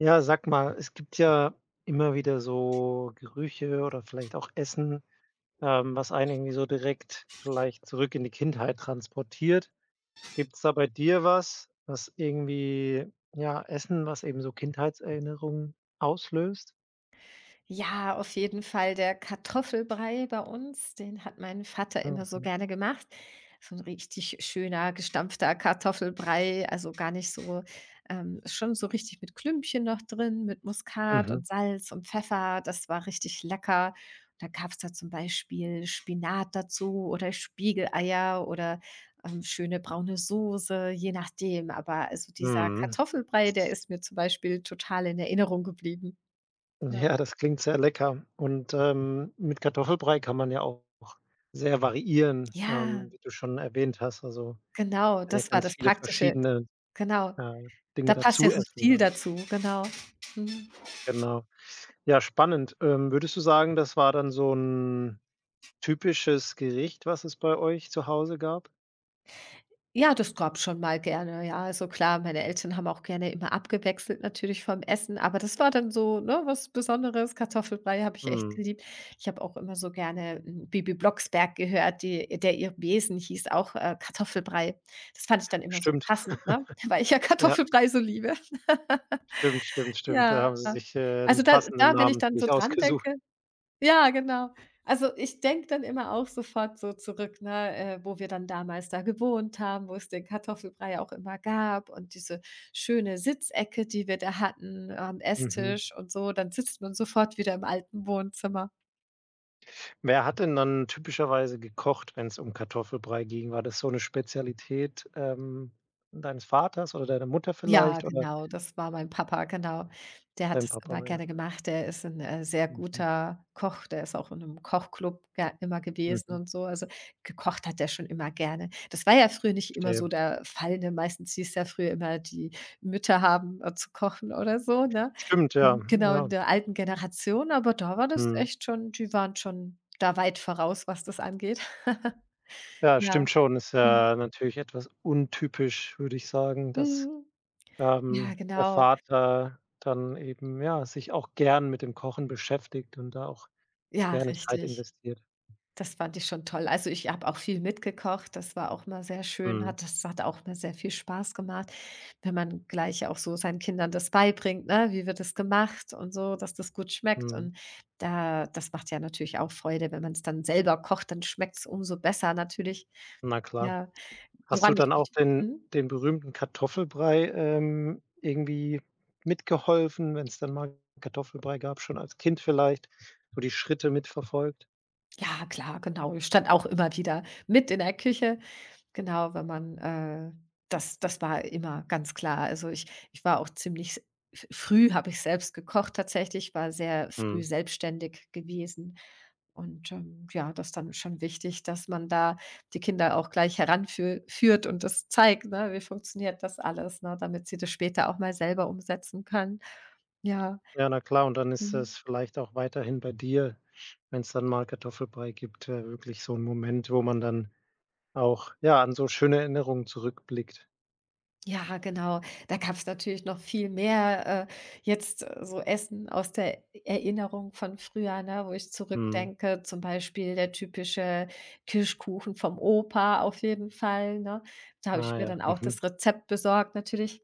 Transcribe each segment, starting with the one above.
Ja, sag mal, es gibt ja immer wieder so Gerüche oder vielleicht auch Essen, was einen irgendwie so direkt vielleicht zurück in die Kindheit transportiert. Gibt es da bei dir was, was irgendwie ja, Essen, was eben so Kindheitserinnerungen auslöst? Ja, auf jeden Fall der Kartoffelbrei bei uns, den hat mein Vater immer so Mhm. gerne gemacht. So ein richtig schöner gestampfter Kartoffelbrei, also gar nicht so schon so richtig mit Klümpchen noch drin, mit Muskat Mhm. und Salz und Pfeffer. Das war richtig lecker. Da gab's da zum Beispiel Spinat dazu oder Spiegeleier oder, schöne braune Soße, je nachdem. Aber also dieser Mhm. Kartoffelbrei, der Das ist mir zum Beispiel total in Erinnerung geblieben. Ja. ja, das klingt sehr lecker. Und, mit Kartoffelbrei kann man ja auch sehr variieren, Ja. wie du schon erwähnt hast. Also, Genau, kann ja das war ganz das viele Praktische. verschiedene Genau. Äh, Dinge Da passt ja dazu so essen viel dann. dazu, genau. Mhm. Genau. Ja, spannend. Würdest du sagen, das war dann so ein typisches Gericht, was es bei euch zu Hause gab? Ja, das gab's schon mal gerne, ja. Also klar, meine Eltern haben auch gerne immer abgewechselt natürlich vom Essen, aber das war dann so, ne, was Besonderes. Kartoffelbrei habe ich echt Mhm. geliebt. Ich habe auch immer so gerne, hm, Bibi Blocksberg gehört, die der ihr Besen hieß auch, Kartoffelbrei. Das fand ich dann immer so Stimmt. passend, ne, weil ich ja Ja, Kartoffelbrei so liebe. stimmt, stimmt, stimmt. Da haben Ja. sie sich, den Also da passenden da, wenn ich Namen für dann so dich dran ausgesucht. denke. Ja, genau. Also, ich denke dann immer auch sofort so zurück, ne, wo wir dann damals da gewohnt haben, wo es den Kartoffelbrei auch immer gab und diese schöne Sitzecke, die wir da hatten am Mhm. Esstisch und so. Dann sitzt man sofort wieder im alten Wohnzimmer. Wer hat denn dann typischerweise gekocht, wenn es um Kartoffelbrei ging? War das so eine Spezialität, deines Vaters oder deiner Mutter Ja, vielleicht oder genau, das war mein Papa, genau. Der hat dein das Papa? immer Ja. gerne gemacht. Der ist ein sehr Mhm, guter Koch. Der ist auch in einem Kochclub ge immer gewesen mhm, und so. Also, gekocht hat er schon immer gerne. Das war ja früher nicht immer so verstehe. der Fall, ne? Meistens hieß ja früher immer, die Mütter haben, zu kochen oder so, ne? Stimmt, ja, Genau, in ja. der alten Generation, aber da war das Mhm. echt schon, die waren schon da weit voraus, was das angeht. Ja, Ja. stimmt schon. Ist Mhm. ja natürlich etwas untypisch, würde ich sagen, dass, Mhm. Ja, der genau. Vater dann eben, ja, sich auch gern mit dem Kochen beschäftigt und da auch Ja, gerne Zeit richtig. investiert. Das fand ich schon toll. Also, ich habe auch viel mitgekocht. Das war auch mal sehr schön, Mhm, hat auch mal sehr viel Spaß gemacht, wenn man gleich auch so seinen Kindern das beibringt, ne? Wie wird das gemacht und so, dass das gut schmeckt mhm. und da das macht ja natürlich auch Freude, wenn man es dann selber kocht, dann schmeckt's umso besser natürlich. Na klar. Ja, Hast du woran dann ich mich auch den mhm. Berühmten Kartoffelbrei, irgendwie mitgeholfen, wenn es dann mal Kartoffelbrei gab, schon als Kind vielleicht, so die Schritte mitverfolgt? Ja, klar, genau. Ich stand auch immer wieder mit in der Küche. Genau, wenn man das war immer ganz klar. Also, ich war auch ziemlich f früh habe ich selbst gekocht tatsächlich, war sehr früh Mhm. selbstständig gewesen. Und, ja, das ist dann schon wichtig, dass man da die Kinder auch gleich heranführt und das zeigt, ne, wie funktioniert das alles, ne, damit sie das später auch mal selber umsetzen können. Ja, Ja, na klar, und dann ist mhm. es vielleicht auch weiterhin bei dir, wenn es dann mal Kartoffelbrei gibt, wirklich so 'n Moment, wo man dann auch, ja, an so schöne Erinnerungen zurückblickt. Ja, genau. Da gab's natürlich noch viel mehr, jetzt so Essen aus der Erinnerung von früher, ne, wo ich Mhm. zurückdenke, zum Beispiel der typische Kirschkuchen vom Opa auf jeden Fall, ne? Da habe Ah ich mir ja, dann auch mhm. das Rezept besorgt natürlich,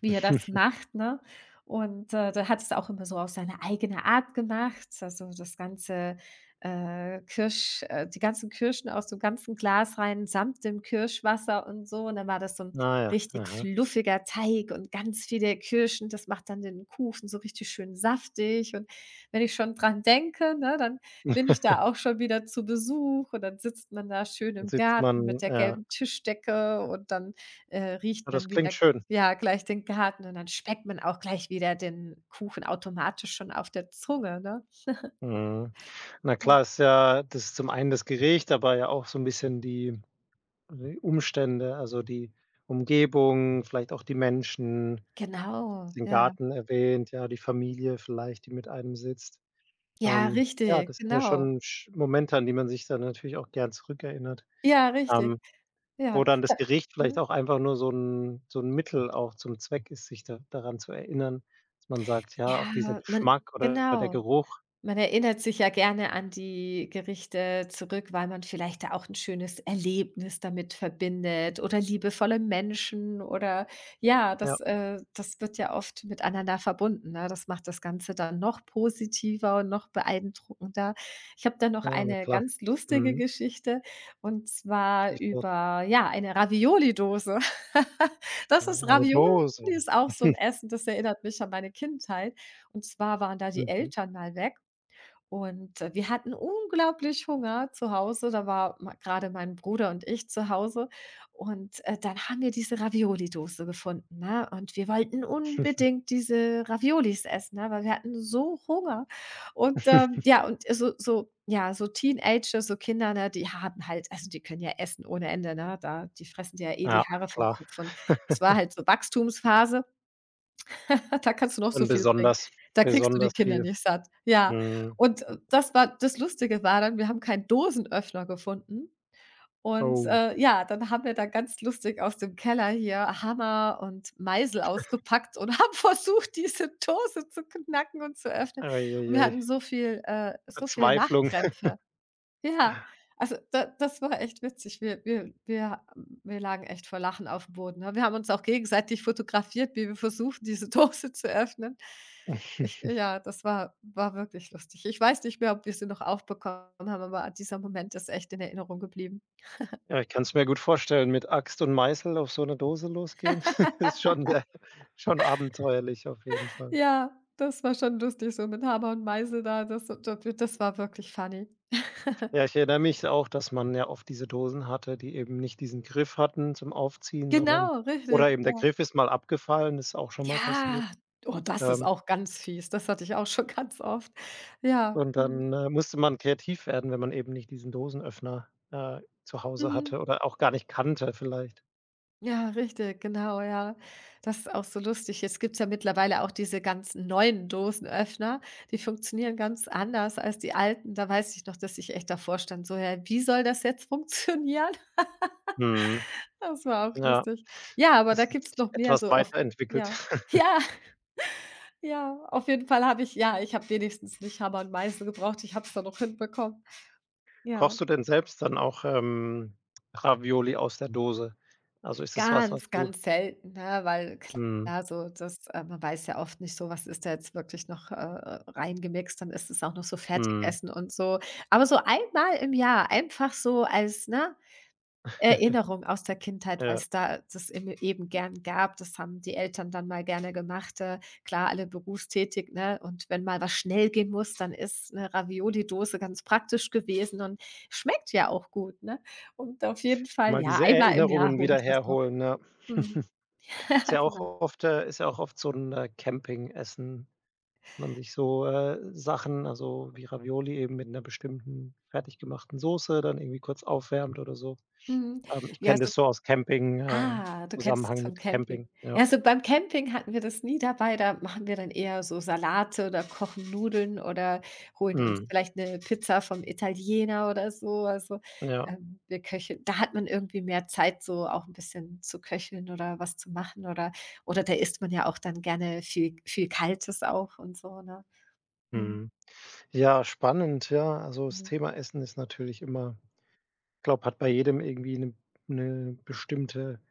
wie er das macht, ne? Und, der hat es auch immer so auf seine eigene Art gemacht. Also, das ganze, Kirsch die ganzen Kirschen aus so 'nem ganzen Glas rein samt dem Kirschwasser und so. Und dann war das so ein Ah ja, richtig aha. fluffiger Teig und ganz viele Kirschen. Das macht dann den Kuchen so richtig schön saftig. Und wenn ich schon dran denke, ne, dann bin ich da auch schon wieder zu Besuch und dann sitzt man da schön Dann im sitzt Garten man mit der ja. gelben Tischdecke und dann, Ja, riecht man, das wieder klingt schön. ja, gleich den Garten und dann schmeckt man auch gleich wieder den Kuchen automatisch schon auf der Zunge, ne? Mhm. Na Ja. klar, ist ja das ist zum einen das Gericht, aber ja auch so 'n bisschen die Umstände, also die Umgebung, vielleicht auch die Menschen, Genau, den ja. Garten erwähnt, ja, die Familie vielleicht, die mit einem sitzt. Ja, Ja, richtig, das sind ja genau. schon sch Momente, an die man sich dann natürlich auch gern zurückerinnert, Ja, ähm, richtig. wo Ja, dann da das Gericht vielleicht mhm. auch einfach nur so ein Mittel auch zum Zweck ist, sich da daran zu erinnern, dass man sagt, ja, auch dieser Ja, man Geschmack oder der genau. Geruch. Man erinnert sich ja gerne an die Gerichte zurück, weil man vielleicht da auch ein schönes Erlebnis damit verbindet oder liebevolle Menschen oder ja, Ja, das wird ja oft miteinander verbunden, ne? Das macht das Ganze dann noch positiver und noch beeindruckender. Ich habe da noch ja, na eine klar. ganz lustige Mhm. Geschichte, und zwar Schieß los. über, ja, eine Ravioli-Dose. Das Ah, ist eine Ravioli Dose. ist auch so ein Essen, das erinnert mich an meine Kindheit. Und zwar waren da die Mhm. Eltern mal weg und, wir hatten unglaublich Hunger zu Hause. Da war ma grade mein Bruder und ich zu Hause. Und, dann haben wir diese Ravioli-Dose gefunden, ne? Und wir wollten unbedingt diese Raviolis essen, ne, weil wir hatten so Hunger. Und, ja, und ja, so Teenager, so Kinder, ne, die haben halt, also, die können ja essen ohne Ende, ne? Da die fressen dir ja eh die Ja, Haare vom klar. Kopf. Und das war halt so Wachstumsphase. Da kannst du noch so Und viel bringen. Da kriegst du die besonders Kinder viel. nicht satt. Ja. Mhm. Und das war, das Lustige war dann, wir haben keinen Dosenöffner gefunden. Und, Oh. Ja, dann haben wir da ganz lustig aus dem Keller hier Hammer und Meisel ausgepackt und haben versucht, diese Dose zu knacken und zu öffnen. Ei, Und ei, wir ei. hatten so viel so viele Verzweiflung. Lachkrämpfe. Ja, also da, das war echt witzig. Wir lagen echt vor Lachen auf dem Boden, ne? Wir haben uns auch gegenseitig fotografiert, wie wir versuchen, diese Dose zu öffnen. Ich, ja, das war war wirklich lustig. Ich weiß nicht mehr, ob wir sie noch aufbekommen haben, aber dieser Moment ist echt in Erinnerung geblieben. Ja, ich kann es mir gut vorstellen, mit Axt und Meißel auf so 'ne Dose losgehen, ist schon, schon abenteuerlich auf jeden Fall. Ja, das war schon lustig, so mit Hammer und Meißel da, das war wirklich funny. Ja, ich erinnere mich auch, dass man ja oft diese Dosen hatte, die eben nicht diesen Griff hatten zum Aufziehen, sondern Genau, oder richtig, eben der ja. Griff ist mal abgefallen, ist auch schon mal passiert. Ja, oh, das ist Ähm, auch ganz fies. Das hatte ich auch schon ganz oft. Ja, und mhm. dann, musste man kreativ werden, wenn man eben nicht diesen Dosenöffner, zu Hause Mhm. hatte oder auch gar nicht kannte vielleicht. Ja, richtig, genau, ja. Das ist auch so lustig. Jetzt gibt's ja mittlerweile auch diese ganzen neuen Dosenöffner, die funktionieren ganz anders als die alten. Da weiß ich noch, dass ich echt davor stand, so: „Hä, wie soll das jetzt funktionieren?“ Mhm. Das war auch Ja, lustig. Ja, aber da das hat gibt's sich noch mehr etwas so auf weiterentwickelt. ja. Ja, ja, auf jeden Fall habe ich ja, ich habe wenigstens nicht Hammer und Meißel gebraucht. Ich habe es dann noch hinbekommen. Ja. Kochst du denn selbst dann auch, Ravioli aus der Dose? Also, ist es was, was Ganz, du ganz selten, ne, weil mhm, klar, so das man weiß ja oft nicht so, was ist da jetzt wirklich noch, reingemixt, dann ist es auch noch so mhm, Fertigessen und so. Aber so einmal im Jahr, einfach so als, ne, Erinnerung aus der Kindheit, weil ja, es da das im eben gern gab. Das haben die Eltern dann mal gerne gemacht, klar, alle berufstätig, ne, und wenn mal was schnell gehen muss, dann ist eine Ravioli-Dose ganz praktisch gewesen und schmeckt ja auch gut, ne? Und auf jeden Fall, mal ja, diese einmal im Jahr Erinnerungen hole wieder ich das noch. herholen, ja. Mhm. Ist Ja, ja auch genau. oft äh, ist ja auch oft so 'n, Campingessen, man sich so, Sachen also, wie Ravioli eben mit 'ner bestimmten fertig gemachten Soße dann irgendwie kurz aufwärmt oder so. Mhm. Ich Ja, kenne so das so aus Camping ah, du kennst es Zusammenhang vom mit Camping. Camping, ja. Ja, so beim Camping hatten wir das nie dabei, da machen wir dann eher so Salate oder kochen Nudeln oder holen uns Mhm, vielleicht 'ne Pizza vom Italiener oder so. Also, ja, wir köcheln, da hat man irgendwie mehr Zeit, so auch 'n bisschen zu köcheln oder was zu machen oder da isst man ja auch dann gerne viel viel Kaltes auch und so, ne? Mhm, mhm. Ja, spannend, ja. Also, das mhm. Thema Essen ist natürlich immer glaube, hat bei jedem irgendwie 'ne 'ne bestimmte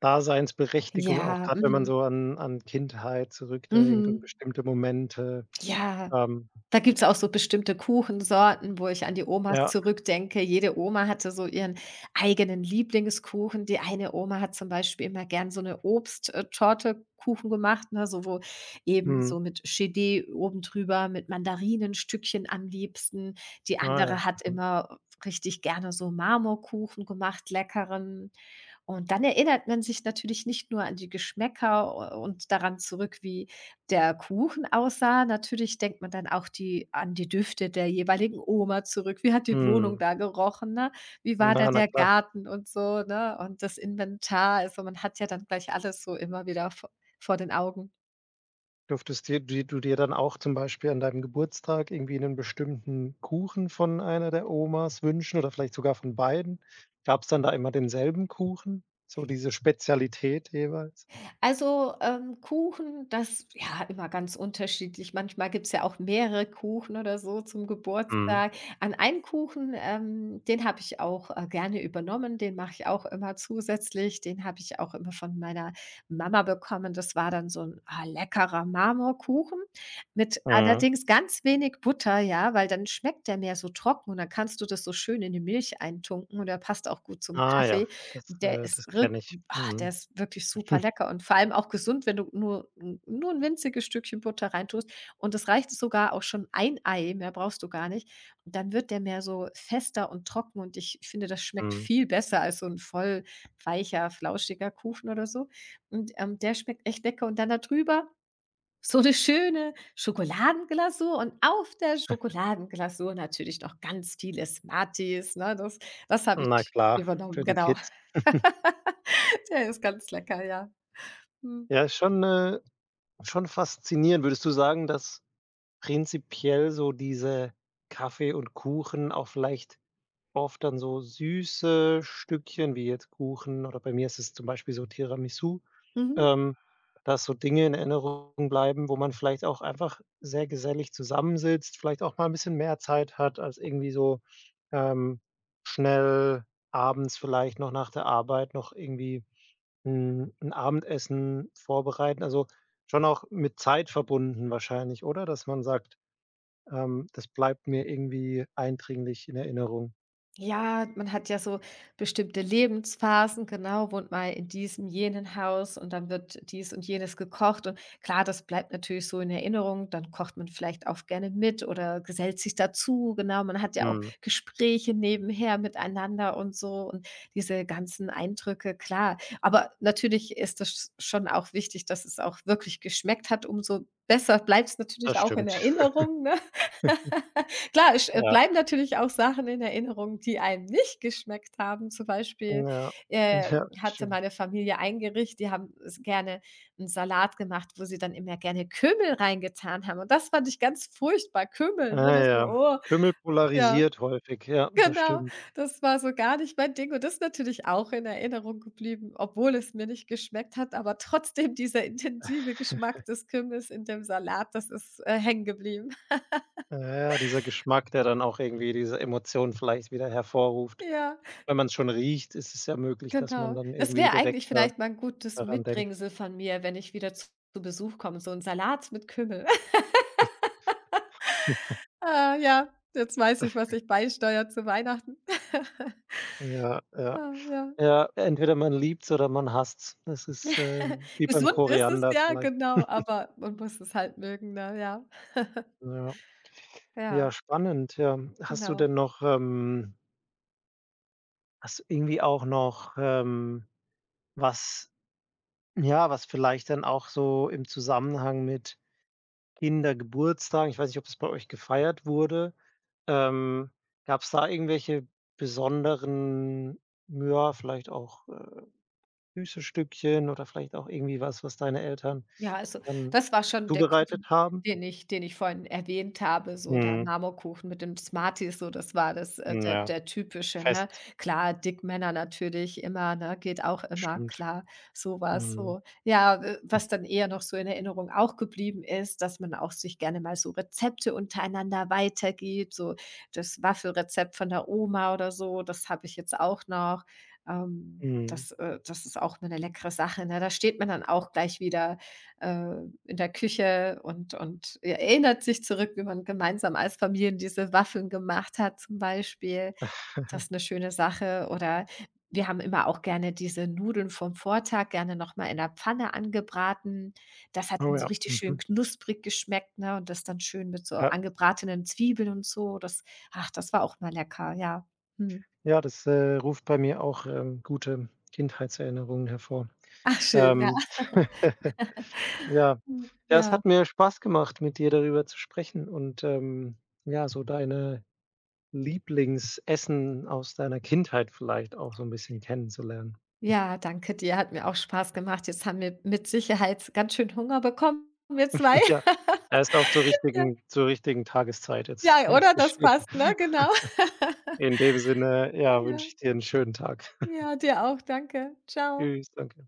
Daseinsberechtigung, auch Ja, grad wenn man mhm, so an Kindheit zurückdenkt und mhm. bestimmte Momente. Ja. Ähm, Da gibt's auch so bestimmte Kuchensorten, wo ich an die Omas ja, zurückdenke. Jede Oma hatte so ihren eigenen Lieblingskuchen. Die eine Oma hat zum Beispiel immer gern so 'ne obsttorte Kuchen gemacht, ne, so wo eben mhm, so mit Cheddar oben drüber, mit Mandarinenstückchen am liebsten. Die ah ja, andere hat mhm, immer richtig gerne so Marmorkuchen gemacht, leckeren. Und dann erinnert man sich natürlich nicht nur an die Geschmäcker u und daran zurück, wie der Kuchen aussah. Natürlich denkt man dann auch die an die Düfte der jeweiligen Oma zurück. Wie hat die Wohnung mhm. da gerochen, ne? Wie war da Na der klar. Garten und so, ne? Und das Inventar. Also, man hat ja dann gleich alles so immer wieder v vor den Augen. Durftest dir dir du dir dann auch zum Beispiel an deinem Geburtstag irgendwie 'nen bestimmten Kuchen von einer der Omas wünschen oder vielleicht sogar von beiden? Gab's dann da immer denselben Kuchen? So diese Spezialität jeweils? Also, Kuchen, das ja, immer ganz unterschiedlich. Manchmal gibt's ja auch mehrere Kuchen oder so zum Mhm, Geburtstag. An einen Kuchen, den habe ich auch, gerne übernommen, den mache ich auch immer zusätzlich. Den habe ich auch immer von meiner Mama bekommen. Das war dann so ein ah, leckerer Marmorkuchen, mit mhm. allerdings ganz wenig Butter, ja, weil dann schmeckt der mehr so trocken und dann kannst du das so schön in die Milch eintunken und der passt auch gut zum Ah ja, Kaffee. das Und der äh, ist das kenne ich. Ach, der Mhm, ist wirklich super lecker und vor allem auch gesund, wenn du nur ein winziges Stückchen Butter reintust. Und es reicht sogar auch schon ein Ei, mehr brauchst du gar nicht. Und dann wird der mehr so fester und trocken und ich finde, das schmeckt mhm. viel besser als so ein voll weicher, flauschiger Kuchen oder so. Und, der schmeckt echt lecker und dann darüber so eine schöne Schokoladenglasur und auf der Schokoladenglasur natürlich noch ganz viele Smarties, ne? Das habe Na ich klar, übernommen, für die genau. Kids. Der ist ganz lecker, ja. Mhm. Ja, ist schon faszinierend. Würdest du sagen, dass prinzipiell so diese Kaffee und Kuchen auch vielleicht oft dann so süße Stückchen wie jetzt Kuchen oder bei mir ist es zum Beispiel so Tiramisu, Mhm. ähm, dass so Dinge in Erinnerung bleiben, wo man vielleicht auch einfach sehr gesellig zusammensitzt, vielleicht auch mal 'n bisschen mehr Zeit hat als irgendwie so, ähm, schnell abends vielleicht noch nach der Arbeit noch irgendwie 'n Abendessen vorbereiten. Also, schon auch mit Zeit verbunden wahrscheinlich, oder? Dass man sagt, das bleibt mir irgendwie eindringlich in Erinnerung. Ja, man hat ja so bestimmte Lebensphasen, genau, wohnt mal in diesem, jenen Haus und dann wird dies und jenes gekocht. Und klar, das bleibt natürlich so in Erinnerung. Dann kocht man vielleicht auch gerne mit oder gesellt sich dazu. Genau, man hat ja auch Mhm. Gespräche nebenher miteinander und so und diese ganzen Eindrücke, klar. Aber natürlich ist das schon auch wichtig, dass es auch wirklich geschmeckt hat. Umso besser bleibt es natürlich Das auch in stimmt. Erinnerung, ne? Klar, es Ja, bleiben natürlich auch Sachen in Erinnerung, die einem nicht geschmeckt haben. Zum Beispiel, ja, äh, ja, hatte stimmt. meine Familie ein Gericht, die haben s gerne einen Salat gemacht, wo sie dann immer gerne Kümmel reingetan haben und das fand ich ganz furchtbar, Kümmel, ne? Ah Das ja, war Kümmel oh, ja, polarisiert häufig. Ja, das genau. stimmt. Das war so gar nicht mein Ding und das ist natürlich auch in Erinnerung geblieben, obwohl es mir nicht geschmeckt hat, aber trotzdem dieser intensive Geschmack des Kümmels in dem Salat, das ist, hängen geblieben. Ja, ja, dieser Geschmack, der dann auch irgendwie diese Emotionen vielleicht wieder hervorruft. Ja. Wenn man's schon riecht, ist es ja möglich, dass man Genau. dann Das irgendwie wäre direkt eigentlich da vielleicht mal 'n gutes daran denkt. Mitbringsel von mir, wenn ich wieder zu Besuch komme, so 'n Salat mit Kümmel. Ah, ja, jetzt weiß ich, was ich beisteuere zu Weihnachten. Ja, ja. Ah, ja. Ja, entweder man liebt's oder man hasst's. Das ist, wie beim Gesund ist es Koriander ja, vielleicht. genau, aber man muss es halt mögen, ne, ja. Ja. Ja, Ja, spannend, ja. Hast du genau. denn noch, ähm hast du irgendwie auch noch, was Ja, was vielleicht dann auch so im Zusammenhang mit Kindergeburtstagen ich weiß nicht, ob das bei euch gefeiert wurde. Ähm, gab es da irgendwelche besonderen, ja, vielleicht auch, süße Stückchen oder vielleicht auch irgendwie was, was deine Eltern Ja, also, dann das war schon der Kuchen, zubereitet haben? Den ich vorhin erwähnt habe, so der Mhm. Marmorkuchen mit den Smarties, so das war das, Ja, der typische, ne? Fest, Klar, Dickmänner natürlich immer, ne, geht auch immer, stimmt. klar, sowas Mhm. so. Ja, was dann eher noch so in Erinnerung auch geblieben ist, dass man auch sich gerne mal so Rezepte untereinander weitergibt, so das Waffelrezept von der Oma oder so, das habe ich jetzt auch noch. Mhm. Das ist auch mal 'ne leckere Sache, ne? Da steht man dann auch gleich wieder äh, in der Küche und er erinnert sich zurück, wie man gemeinsam als Familien diese Waffeln gemacht hat zum Beispiel. Das ist eine schöne Sache. Oder wir haben immer auch gerne diese Nudeln vom Vortag gerne noch mal in der Pfanne angebraten. Das hat Oh dann so ja, richtig schön mhm. knusprig geschmeckt, ne, und das dann schön mit so Ja. angebratenen Zwiebeln und so. Das ach, das war auch mal lecker, ja. Mhm. Ja, das, ruft bei mir auch, gute Kindheitserinnerungen hervor. Ach schön, ja. Ähm Ja. Ja, es Ja. hat mir Spaß gemacht, mit dir darüber zu sprechen und, ja, so deine Lieblingsessen aus deiner Kindheit vielleicht auch so ein bisschen kennenzulernen. Ja, danke dir, hat mir auch Spaß gemacht. Jetzt haben wir mit Sicherheit ganz schön Hunger bekommen, wir 2. Ja, er ist auch Ja, zur richtigen Tageszeit jetzt ja, oder? Das geschehen. passt, ne? Genau. In dem Sinne, ja, wünsche Ja, ich dir einen schönen Tag. ja, dir auch, danke. Ciao. Tschüss, danke.